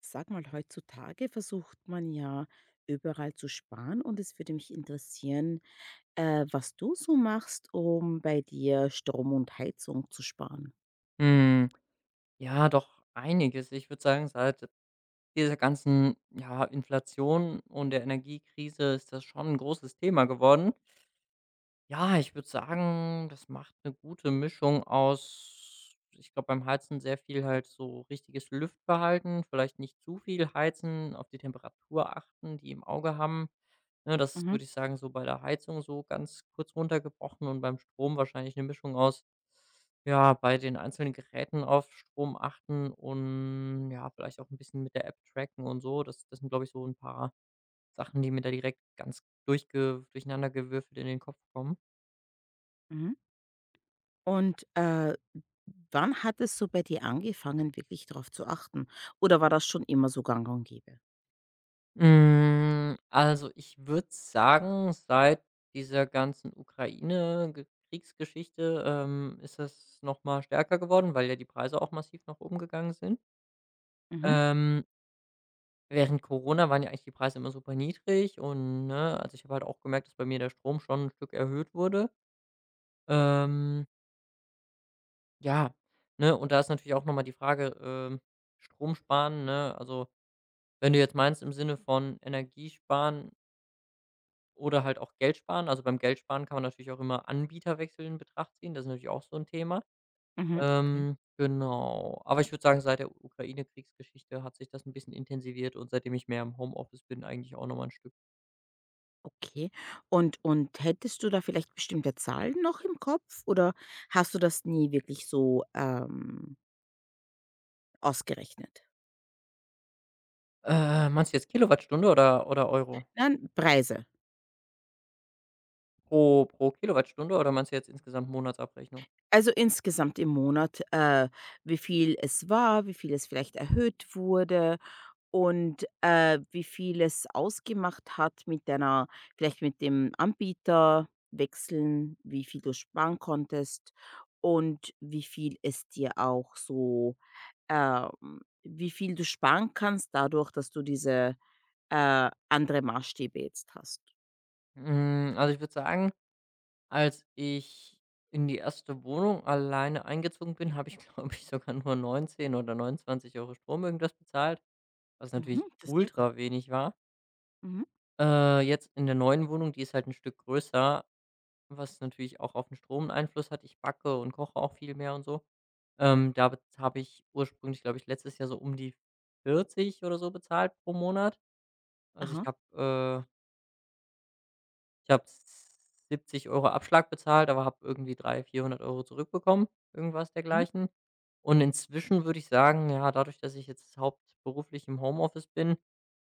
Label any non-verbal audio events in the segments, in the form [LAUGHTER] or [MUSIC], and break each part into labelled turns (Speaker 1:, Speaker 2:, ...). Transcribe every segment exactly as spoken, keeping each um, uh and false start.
Speaker 1: Sag mal, heutzutage versucht man ja überall zu sparen und es würde mich interessieren, äh, was du so machst, um bei dir Strom und Heizung zu sparen.
Speaker 2: Hm, ja, doch einiges. Ich würde sagen, seit dieser ganzen, ja, Inflation und der Energiekrise ist das schon ein großes Thema geworden. Ja, ich würde sagen, das macht eine gute Mischung aus, ich glaube, beim Heizen sehr viel halt so richtiges Lüftverhalten, vielleicht nicht zu viel heizen, auf die Temperatur achten, die im Auge haben. Ne, das
Speaker 1: Mhm,
Speaker 2: würde ich sagen, so bei der Heizung so ganz kurz runtergebrochen und beim Strom wahrscheinlich eine Mischung aus, ja, bei den einzelnen Geräten auf Strom achten und, ja, vielleicht auch ein bisschen mit der App tracken und so. Das das sind, glaube ich, so ein paar Sachen, die mir da direkt ganz durchge durcheinandergewürfelt in den Kopf kommen.
Speaker 1: mhm. Und äh, wann hat es so bei dir angefangen, wirklich darauf zu achten? Oder war das schon immer so gang und gäbe?
Speaker 2: Hm, also, ich würde sagen, seit dieser ganzen Ukraine Kriegsgeschichte, ähm, ist das noch mal stärker geworden, weil ja die Preise auch massiv nach oben gegangen sind.
Speaker 1: Mhm,
Speaker 2: Ähm, Während Corona waren ja eigentlich die Preise immer super niedrig und, ne, also, ich habe halt auch gemerkt, dass bei mir der Strom schon ein Stück erhöht wurde. Ähm, ja, ne, und da ist natürlich auch noch mal die Frage, ähm, Strom sparen, ne? Also, wenn du jetzt meinst im Sinne von Energiesparen oder halt auch Geld sparen. Also, beim Geld sparen kann man natürlich auch immer Anbieterwechsel in Betracht ziehen. Das ist natürlich auch so ein Thema.
Speaker 1: mhm, okay.
Speaker 2: Ähm, genau. Aber ich würde sagen, seit der Ukraine-Kriegsgeschichte hat sich das ein bisschen intensiviert und seitdem ich mehr im Homeoffice bin, eigentlich auch noch mal 'n Stück.
Speaker 1: Okay. Und, und hättest du da vielleicht bestimmte Zahlen noch im Kopf oder hast du das nie wirklich so ähm, ausgerechnet?
Speaker 2: Äh, meinst du jetzt Kilowattstunde oder oder Euro?
Speaker 1: Nein, Preise.
Speaker 2: Pro pro Kilowattstunde oder meinst du jetzt insgesamt Monatsabrechnung?
Speaker 1: Also, insgesamt im Monat, äh, wie viel es war, wie viel es vielleicht erhöht wurde und, äh, wie viel es ausgemacht hat mit deiner vielleicht mit dem Anbieter wechseln, wie viel du sparen konntest und wie viel es dir auch so ähm, wie viel du sparen kannst dadurch, dass du diese, äh, andere Maßstäbe jetzt hast.
Speaker 2: Hm, also, ich würde sagen, als ich in die erste Wohnung alleine eingezogen bin, habe ich, [LAUGHS] glaube ich, sogar nur neunzehn oder neunundzwanzig Euro Strom irgendwas bezahlt. Was
Speaker 1: Mhm,
Speaker 2: natürlich
Speaker 1: das ist sehr gut.
Speaker 2: ultra wenig war.
Speaker 1: Mhm.
Speaker 2: Äh, jetzt in der neuen Wohnung, die ist halt ein Stück größer, was natürlich auch auf den Strom 'n Einfluss hat. Ich backe und koche auch viel mehr und so. Ähm, da habe ich ursprünglich, glaube ich, letztes Jahr so um die vierzig oder so bezahlt pro Monat. Also, ich
Speaker 1: Aha.
Speaker 2: habe äh, ich habe siebzig Euro Abschlag bezahlt, aber habe irgendwie dreihundert, vierhundert Euro zurückbekommen, irgendwas
Speaker 1: Mhm.
Speaker 2: dergleichen. Und inzwischen würde ich sagen, ja, dadurch, dass ich jetzt hauptberuflich im Homeoffice bin,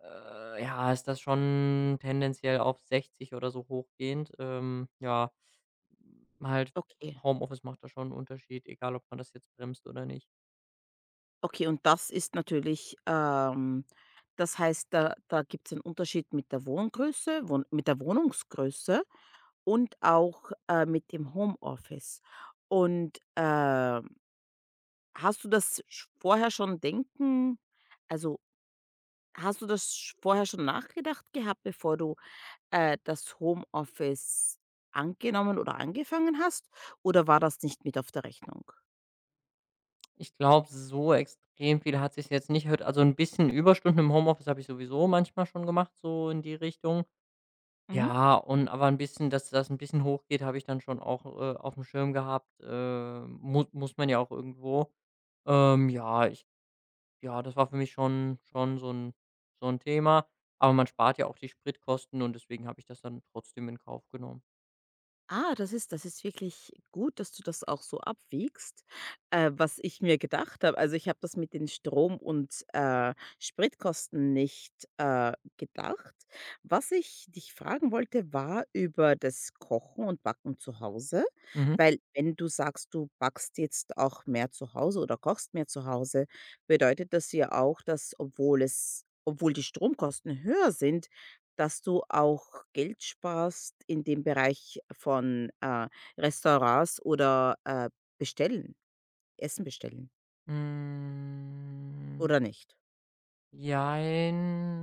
Speaker 2: Äh, ja, ist das schon tendenziell auf sechzig oder so hochgehend. Ähm, ja, halt
Speaker 1: Okay.
Speaker 2: Homeoffice macht da schon 'n Unterschied, egal ob man das jetzt bremst oder nicht.
Speaker 1: Okay, und das ist natürlich, ähm das heißt, da da gibt's einen Unterschied mit der Wohngröße Wohn mit der Wohnungsgröße und auch, äh, mit dem Homeoffice. Und, ähm, hast du das sch vorher schon denken also, hast du das sch vorher schon nachgedacht gehabt, bevor du, äh, das Homeoffice angenommen oder angefangen hast? Oder war das nicht mit auf der Rechnung?
Speaker 2: Ich glaube, so extrem viel hat sich jetzt nicht erhöht. Also, ein bisschen Überstunden im Homeoffice habe ich sowieso manchmal schon gemacht, so in die Richtung.
Speaker 1: Mhm.
Speaker 2: Ja, und aber ein bisschen, dass das ein bisschen hochgeht, habe ich dann schon auch, äh, auf dem Schirm gehabt. Äh, mu Muss man ja auch irgendwo. Ähm, ja, ich Ja, das war für mich schon schon so ein so ein Thema, aber man spart ja auch die Spritkosten und deswegen habe ich das dann trotzdem in Kauf genommen.
Speaker 1: Ah, das ist das ist wirklich gut, dass du das auch so abwiegst, äh, was ich mir gedacht habe. Also, ich habe das mit den Strom und, äh, Spritkosten nicht, äh, gedacht. Was ich dich fragen wollte, war über das Kochen und Backen zu Hause,
Speaker 2: Mhm.
Speaker 1: weil wenn du sagst, du backst jetzt auch mehr zu Hause oder kochst mehr zu Hause, bedeutet das ja auch, dass obwohl es obwohl die Stromkosten höher sind, dass du auch Geld sparst in dem Bereich von, äh, Restaurants oder, äh, bestellen, Essen bestellen
Speaker 2: Hm,
Speaker 1: oder nicht?
Speaker 2: jein.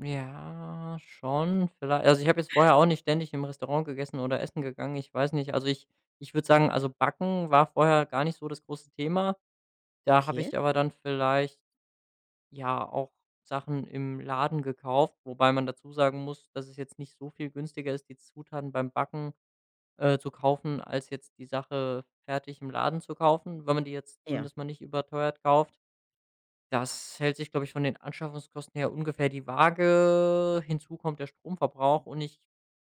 Speaker 2: Ja, schon, vielleicht, also, ich habe jetzt vorher auch nicht ständig im Restaurant gegessen oder essen gegangen, ich weiß nicht. Also, ich ich würde sagen, also, Backen war vorher gar nicht so das große Thema. Da habe
Speaker 1: Okay.
Speaker 2: ich aber dann vielleicht, ja, auch Sachen im Laden gekauft, wobei man dazu sagen muss, dass es jetzt nicht so viel günstiger ist, die Zutaten beim Backen äh, zu kaufen, als jetzt die Sache fertig im Laden zu kaufen, wenn man die jetzt
Speaker 1: Ja,
Speaker 2: zumindest mal nicht überteuert kauft. Das hält sich, glaube ich, von den Anschaffungskosten her ungefähr die Waage. Hinzu kommt der Stromverbrauch und ich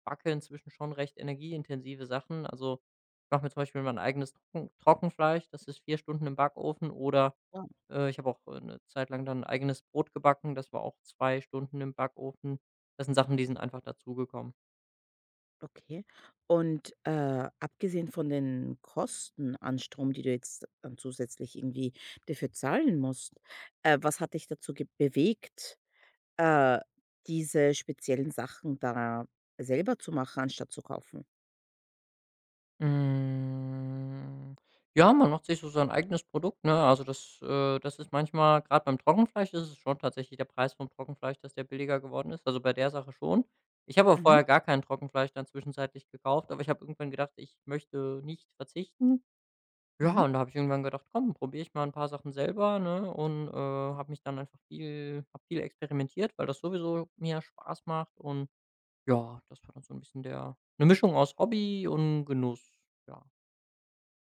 Speaker 2: backe inzwischen schon recht energieintensive Sachen. Also, ich mache mir zum Beispiel mein eigenes Trocken Trockenfleisch, das ist vier Stunden im Backofen, oder
Speaker 1: ja,
Speaker 2: äh, ich habe auch, äh, 'ne Zeit lang dann eigenes Brot gebacken. Das war auch zwei Stunden im Backofen. Das sind Sachen, die sind einfach dazugekommen.
Speaker 1: okay. Und, äh, abgesehen von den Kosten an Strom, die du jetzt dann zusätzlich irgendwie dafür zahlen musst, äh, was hat dich dazu ge bewegt, äh, diese speziellen Sachen da selber zu machen, anstatt zu kaufen?
Speaker 2: Hm, ja, man macht sich so sein eigenes Produkt, ne? Also, das äh, das ist manchmal, gerade beim Trockenfleisch ist es schon tatsächlich der Preis vom Trockenfleisch, dass der billiger geworden ist. Also, bei der Sache schon. Ich habe aber
Speaker 1: Mhm,
Speaker 2: vorher gar kein Trockenfleisch dann zwischenzeitlich gekauft, aber ich habe irgendwann gedacht, ich möchte nicht verzichten. Ja,
Speaker 1: mhm,
Speaker 2: und da habe ich irgendwann gedacht: „Komm, probiere ich mal ein paar Sachen selber“, ne? Und, äh, habe mich dann einfach viel habe viel experimentiert, weil das sowieso mir Spaß macht und ja, das war dann so ein bisschen der eine Mischung aus Hobby und Genuss, ja.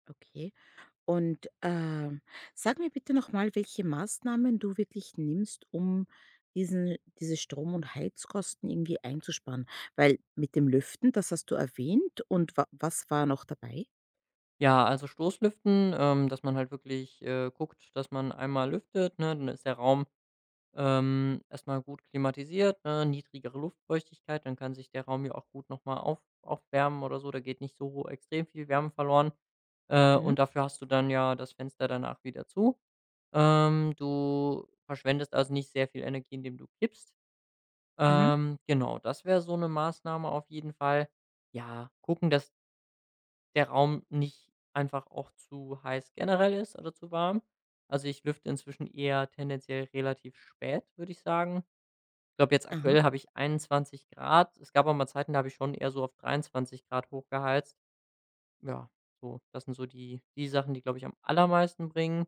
Speaker 1: okay. Und, ähm, sag mir bitte nochmal, welche Maßnahmen du wirklich nimmst, um diesen diese Strom und Heizkosten irgendwie einzusparen, weil mit dem Lüften, das hast du erwähnt und wa was war noch dabei?
Speaker 2: Ja, also Stoßlüften, ähm, dass man halt wirklich, äh, guckt, dass man einmal lüftet, ne? Dann ist der Raum Ähm, erst gut klimatisiert, ne, niedrigere Luftfeuchtigkeit, dann kann sich der Raum ja auch gut nochmal auf aufwärmen oder so. Da geht nicht so extrem viel Wärme verloren, äh,
Speaker 1: Mhm,
Speaker 2: und dafür hast du dann ja das Fenster danach wieder zu. Ähm, du verschwendest also nicht sehr viel Energie, indem du kippst.
Speaker 1: mhm,
Speaker 2: Ähm, genau, das wäre so eine Maßnahme auf jeden Fall. Ja, gucken, dass der Raum nicht einfach auch zu heiß generell ist oder zu warm. Also, ich lüfte inzwischen eher tendenziell relativ spät, würde ich sagen. Ich glaube, jetzt
Speaker 1: aha,
Speaker 2: aktuell habe ich einundzwanzig Grad. Es gab auch mal Zeiten, da habe ich schon eher so auf dreiundzwanzig Grad hochgeheizt. Ja, so, das sind so die die Sachen, die, glaube ich, am allermeisten bringen.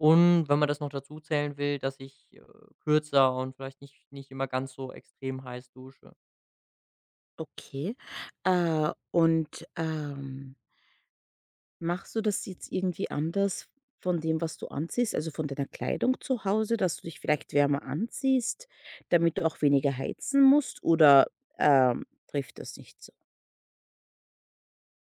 Speaker 2: Und wenn man das noch dazu zählen will, dass ich, äh, kürzer und vielleicht nicht nicht immer ganz so extrem heiß dusche.
Speaker 1: okay. Äh, und, ähm, machst du das jetzt irgendwie anders von dem, was du anziehst, also von deiner Kleidung zu Hause, dass du dich vielleicht wärmer anziehst, damit du auch weniger heizen musst oder, ähm, trifft das nicht?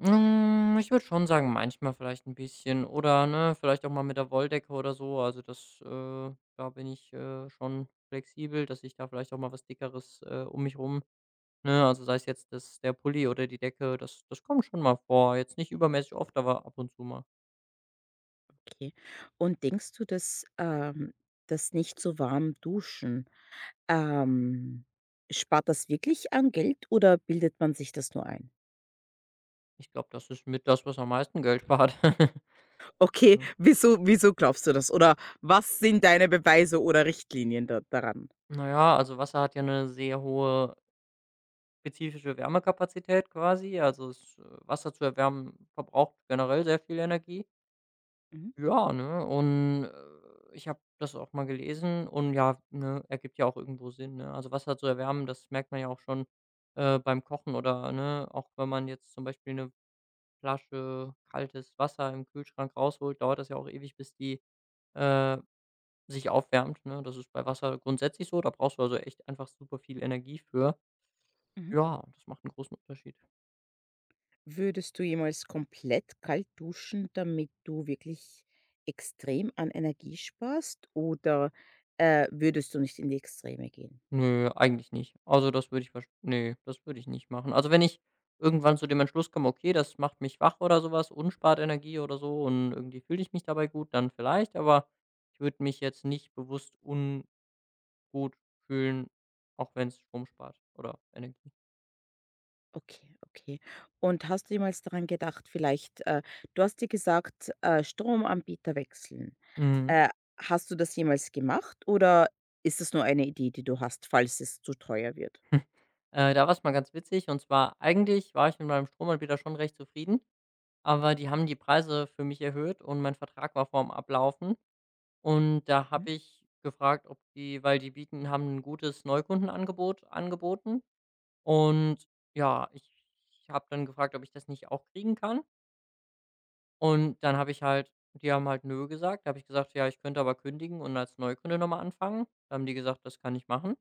Speaker 2: Hm, ich würde schon sagen, manchmal vielleicht ein bisschen oder, ne, vielleicht auch mal mit der Wolldecke oder so. Also, das, äh da bin ich, äh, schon flexibel, dass ich da vielleicht auch mal was Dickeres, äh, um mich rum. Ne, also sei es jetzt das der Pulli oder die Decke, das das kommt schon mal vor. Jetzt nicht übermäßig oft, aber ab und zu mal.
Speaker 1: Okay. Und denkst du, dass, ähm das nicht so warm duschen, ähm spart das wirklich an Geld oder bildet man sich das nur ein?
Speaker 2: Ich glaube, das ist mit das, was am meisten Geld spart. [LAUGHS]
Speaker 1: Okay,
Speaker 2: Ja.
Speaker 1: wieso wieso glaubst du das? Oder was sind deine Beweise oder Richtlinien da daran?
Speaker 2: Na ja, also Wasser hat ja eine sehr hohe spezifische Wärmekapazität quasi. Also, es äh, Wasser zu erwärmen verbraucht generell sehr viel Energie.
Speaker 1: Mhm,
Speaker 2: Ja, ne, und, äh, ich habe das auch mal gelesen und ja, ne, ergibt ja auch irgendwo Sinn, ne? Also, Wasser zu erwärmen, das merkt man ja auch schon, äh, beim Kochen oder, ne, auch wenn man jetzt zum Beispiel 'ne Flasche kaltes Wasser im Kühlschrank rausholt, dauert das ja auch ewig, bis die, äh, sich aufwärmt, ne? Das ist bei Wasser grundsätzlich so, da brauchst du also echt einfach super viel Energie für.
Speaker 1: mhm.
Speaker 2: Ja, das macht einen großen Unterschied.
Speaker 1: Würdest du jemals komplett kalt duschen, damit du wirklich extrem an Energie sparst oder, äh, würdest du nicht in die Extreme gehen?
Speaker 2: Nö, eigentlich nicht. Also, das würde ich wahrsch ne, das würde ich nicht machen. Also, wenn ich irgendwann zu dem Entschluss komme: „Okay, das macht mich wach oder sowas, was und spart Energie oder so und irgendwie fühle ich mich dabei gut“, dann vielleicht, aber ich würde mich jetzt nicht bewusst ungut fühlen, auch wenn es Strom spart oder Energie.
Speaker 1: Okay, okay. Und hast du jemals daran gedacht, vielleicht äh, du hast dir gesagt, äh, Stromanbieter wechseln.
Speaker 2: Mhm.
Speaker 1: Äh, hast du das jemals gemacht oder ist es nur eine Idee, die du hast, falls es zu teuer wird?
Speaker 2: [LAUGHS] Hm. Äh, da war's mal ganz witzig, und zwar eigentlich war ich mit meinem Stromanbieter schon recht zufrieden, aber die haben die Preise für mich erhöht und mein Vertrag war vorm Ablaufen und da
Speaker 1: Mhm.
Speaker 2: habe ich gefragt, ob die weil die bieten haben ein gutes Neukundenangebot angeboten, und ja, ich habe dann gefragt, ob ich das nicht auch kriegen kann, und dann habe ich halt, die haben halt „nö“ gesagt. Da habe ich gesagt: „Ja, ich könnte aber kündigen und als Neukunde noch mal anfangen.“ Da haben die gesagt: „Das kann ich machen.“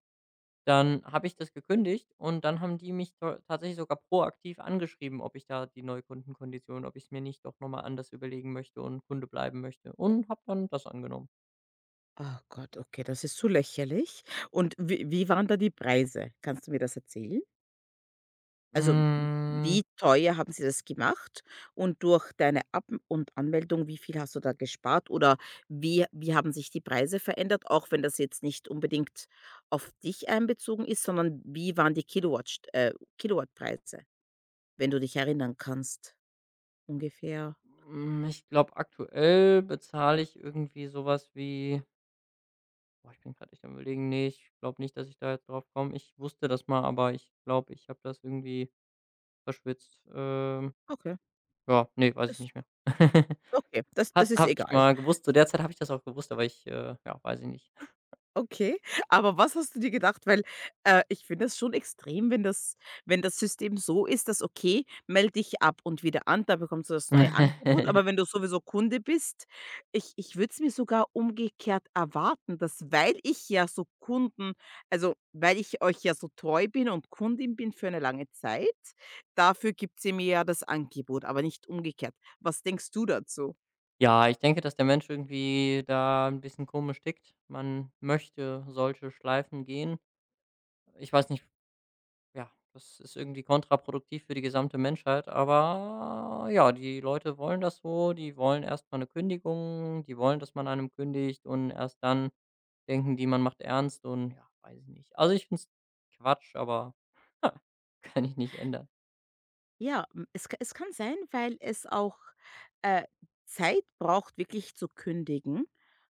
Speaker 2: Dann habe ich das gekündigt und dann haben die mich ta tatsächlich sogar proaktiv angeschrieben, ob ich da die Neukundenkondition ob ich es mir nicht doch noch mal anders überlegen möchte und Kunde bleiben möchte, und habe dann das angenommen.
Speaker 1: Oh Gott, okay, das ist so lächerlich. Und wie, wie waren da die Preise? Kannst du mir das erzählen? Also,
Speaker 2: Hm,
Speaker 1: wie teuer haben sie das gemacht? Und durch deine Ab und Anmeldung, wie viel hast du da gespart? Oder wie wie haben sich die Preise verändert, auch wenn das jetzt nicht unbedingt auf dich einbezogen ist, sondern wie waren die Kilowatt äh, Kilowattpreise, wenn du dich erinnern kannst? Ungefähr.
Speaker 2: hm, ich glaube, aktuell bezahle ich irgendwie sowas wie, boah, ich bin gerade echt am Überlegen. Ne, ich glaube nicht, dass ich da jetzt drauf komme. Ich wusste das mal, aber ich glaube, ich habe das irgendwie verschwitzt. Ähm,
Speaker 1: Okay,
Speaker 2: ja, ne, weiß ich
Speaker 1: das
Speaker 2: nicht mehr. [LAUGHS]
Speaker 1: okay, das
Speaker 2: Hat,
Speaker 1: das ist
Speaker 2: habe ich
Speaker 1: egal.
Speaker 2: mal gewusst. Zu der Zeit habe ich das auch gewusst, aber ich, äh, ja, weiß ich nicht.
Speaker 1: Okay, aber was hast du dir gedacht? Weil, äh, ich finde das schon extrem, wenn das wenn das System so ist, dass: „Okay, melde dich ab und wieder an, da bekommst du das neue Angebot.“ Aber wenn
Speaker 2: [LAUGHS]
Speaker 1: du sowieso Kunde bist, ich ich würde es mir sogar umgekehrt erwarten, dass weil ich ja so Kunden also, weil ich euch ja so treu bin und Kundin bin für eine lange Zeit, dafür gibt sie mir ja das Angebot, aber nicht umgekehrt. Was denkst du dazu?
Speaker 2: Ja, ich denke, dass der Mensch irgendwie da ein bisschen komisch tickt. Man möchte solche Schleifen gehen. Ich weiß nicht, ja, das ist irgendwie kontraproduktiv für die gesamte Menschheit, aber ja, die Leute wollen das so. Die wollen erst mal 'ne Kündigung, die wollen, dass man einem kündigt und erst dann denken die, man macht ernst und ja, weiß ich nicht. Also, ich finde es Quatsch, aber [LAUGHS] kann ich nicht ändern.
Speaker 1: Ja, hm, es ka es kann sein, weil es auch, äh, Zeit braucht, wirklich zu kündigen.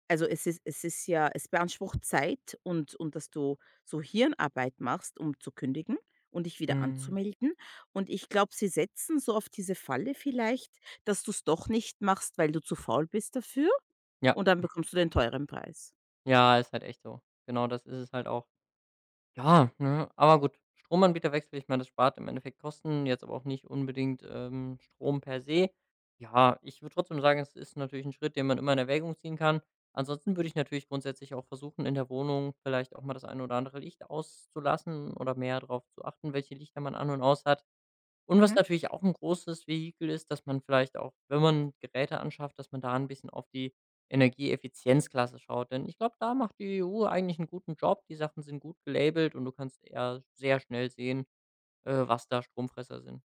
Speaker 1: Also, es ist es ist ja es beansprucht Zeit und und dass du so Hirnarbeit machst, um zu kündigen und dich wieder
Speaker 2: Mhm.
Speaker 1: anzumelden. Und ich glaube, sie setzen so auf diese Falle vielleicht, dass du es doch nicht machst, weil du zu faul bist dafür
Speaker 2: Ja,
Speaker 1: und dann bekommst du den teuren Preis.
Speaker 2: ja, ist halt echt so. Genau das ist es halt auch. Ja, ne? Aber gut, Stromanbieterwechsel, ich meine, das spart im Endeffekt Kosten, jetzt aber auch nicht unbedingt, ähm, Strom per se. Ja, ich würde trotzdem sagen, es ist natürlich ein Schritt, den man immer in Erwägung ziehen kann. Ansonsten würde ich natürlich grundsätzlich auch versuchen, in der Wohnung vielleicht auch mal das eine oder andere Licht auszulassen oder mehr darauf zu achten, welche Lichter man an und aus hat. Und was
Speaker 1: Mhm.
Speaker 2: natürlich auch ein großes Vehikel ist, dass man vielleicht auch, wenn man Geräte anschafft, dass man da ein bisschen auf die Energieeffizienzklasse schaut. Denn ich glaube, da macht die E U eigentlich einen guten Job. Die Sachen sind gut gelabelt und du kannst eher sehr schnell sehen, äh, was da Stromfresser sind.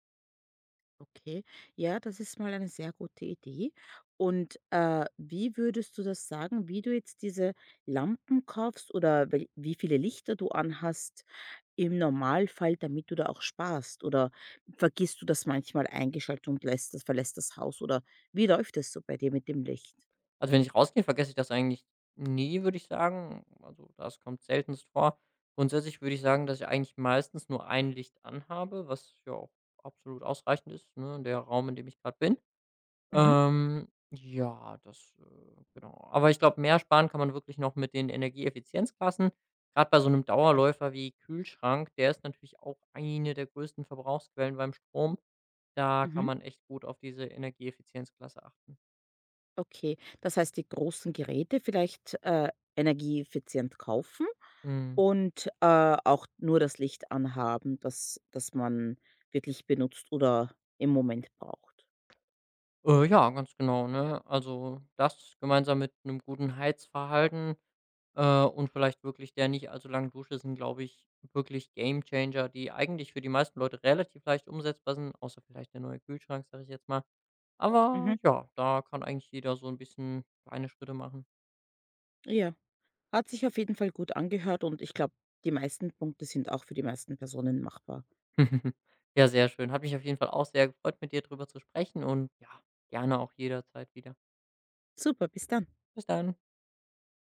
Speaker 1: Okay, ja, das ist mal eine sehr gute Idee. Und äh, wie würdest du das sagen, wie du jetzt diese Lampen kaufst oder wel- wie viele Lichter du anhast im Normalfall, damit du da auch sparst? Oder vergisst du das manchmal eingeschaltet und lässt das, verlässt das Haus? Oder wie läuft es so bei dir mit dem Licht?
Speaker 2: Also, wenn ich rausgehe, vergesse ich das eigentlich nie, würde ich sagen. Also, das kommt seltenst vor. Grundsätzlich würde ich sagen, dass ich eigentlich meistens nur ein Licht anhabe, was ja auch absolut ausreichend ist, ne, der Raum, in dem ich gerade bin.
Speaker 1: Mhm,
Speaker 2: Ähm, ja, das äh, genau. Aber ich glaube, mehr sparen kann man wirklich noch mit den Energieeffizienzklassen. Gerade bei so einem Dauerläufer wie Kühlschrank, der ist natürlich auch eine der größten Verbrauchsquellen beim Strom. Da kann
Speaker 1: mhm.
Speaker 2: man echt gut auf diese Energieeffizienzklasse achten.
Speaker 1: Okay, das heißt, die großen Geräte vielleicht, äh, energieeffizient kaufen
Speaker 2: Mhm.
Speaker 1: und, äh, auch nur das Licht anhaben, das das man wirklich benutzt oder im Moment braucht.
Speaker 2: Äh, ja, ganz genau, ne? Also, das gemeinsam mit einem guten Heizverhalten Äh, und vielleicht wirklich der nicht allzu langen Dusche sind, glaube ich, wirklich Gamechanger, die eigentlich für die meisten Leute relativ leicht umsetzbar sind, außer vielleicht der neue Kühlschrank, sage ich jetzt mal. Aber
Speaker 1: Mhm.
Speaker 2: ja, da kann eigentlich jeder so ein bisschen kleine Schritte machen.
Speaker 1: Ja, hat sich auf jeden Fall gut angehört und ich glaube, die meisten Punkte sind auch für die meisten Personen machbar.
Speaker 2: [LAUGHS] Ja, sehr schön. Hat mich auf jeden Fall auch sehr gefreut, mit dir drüber zu sprechen und ja, gerne auch jederzeit wieder.
Speaker 1: Super, bis dann.
Speaker 2: Bis dann.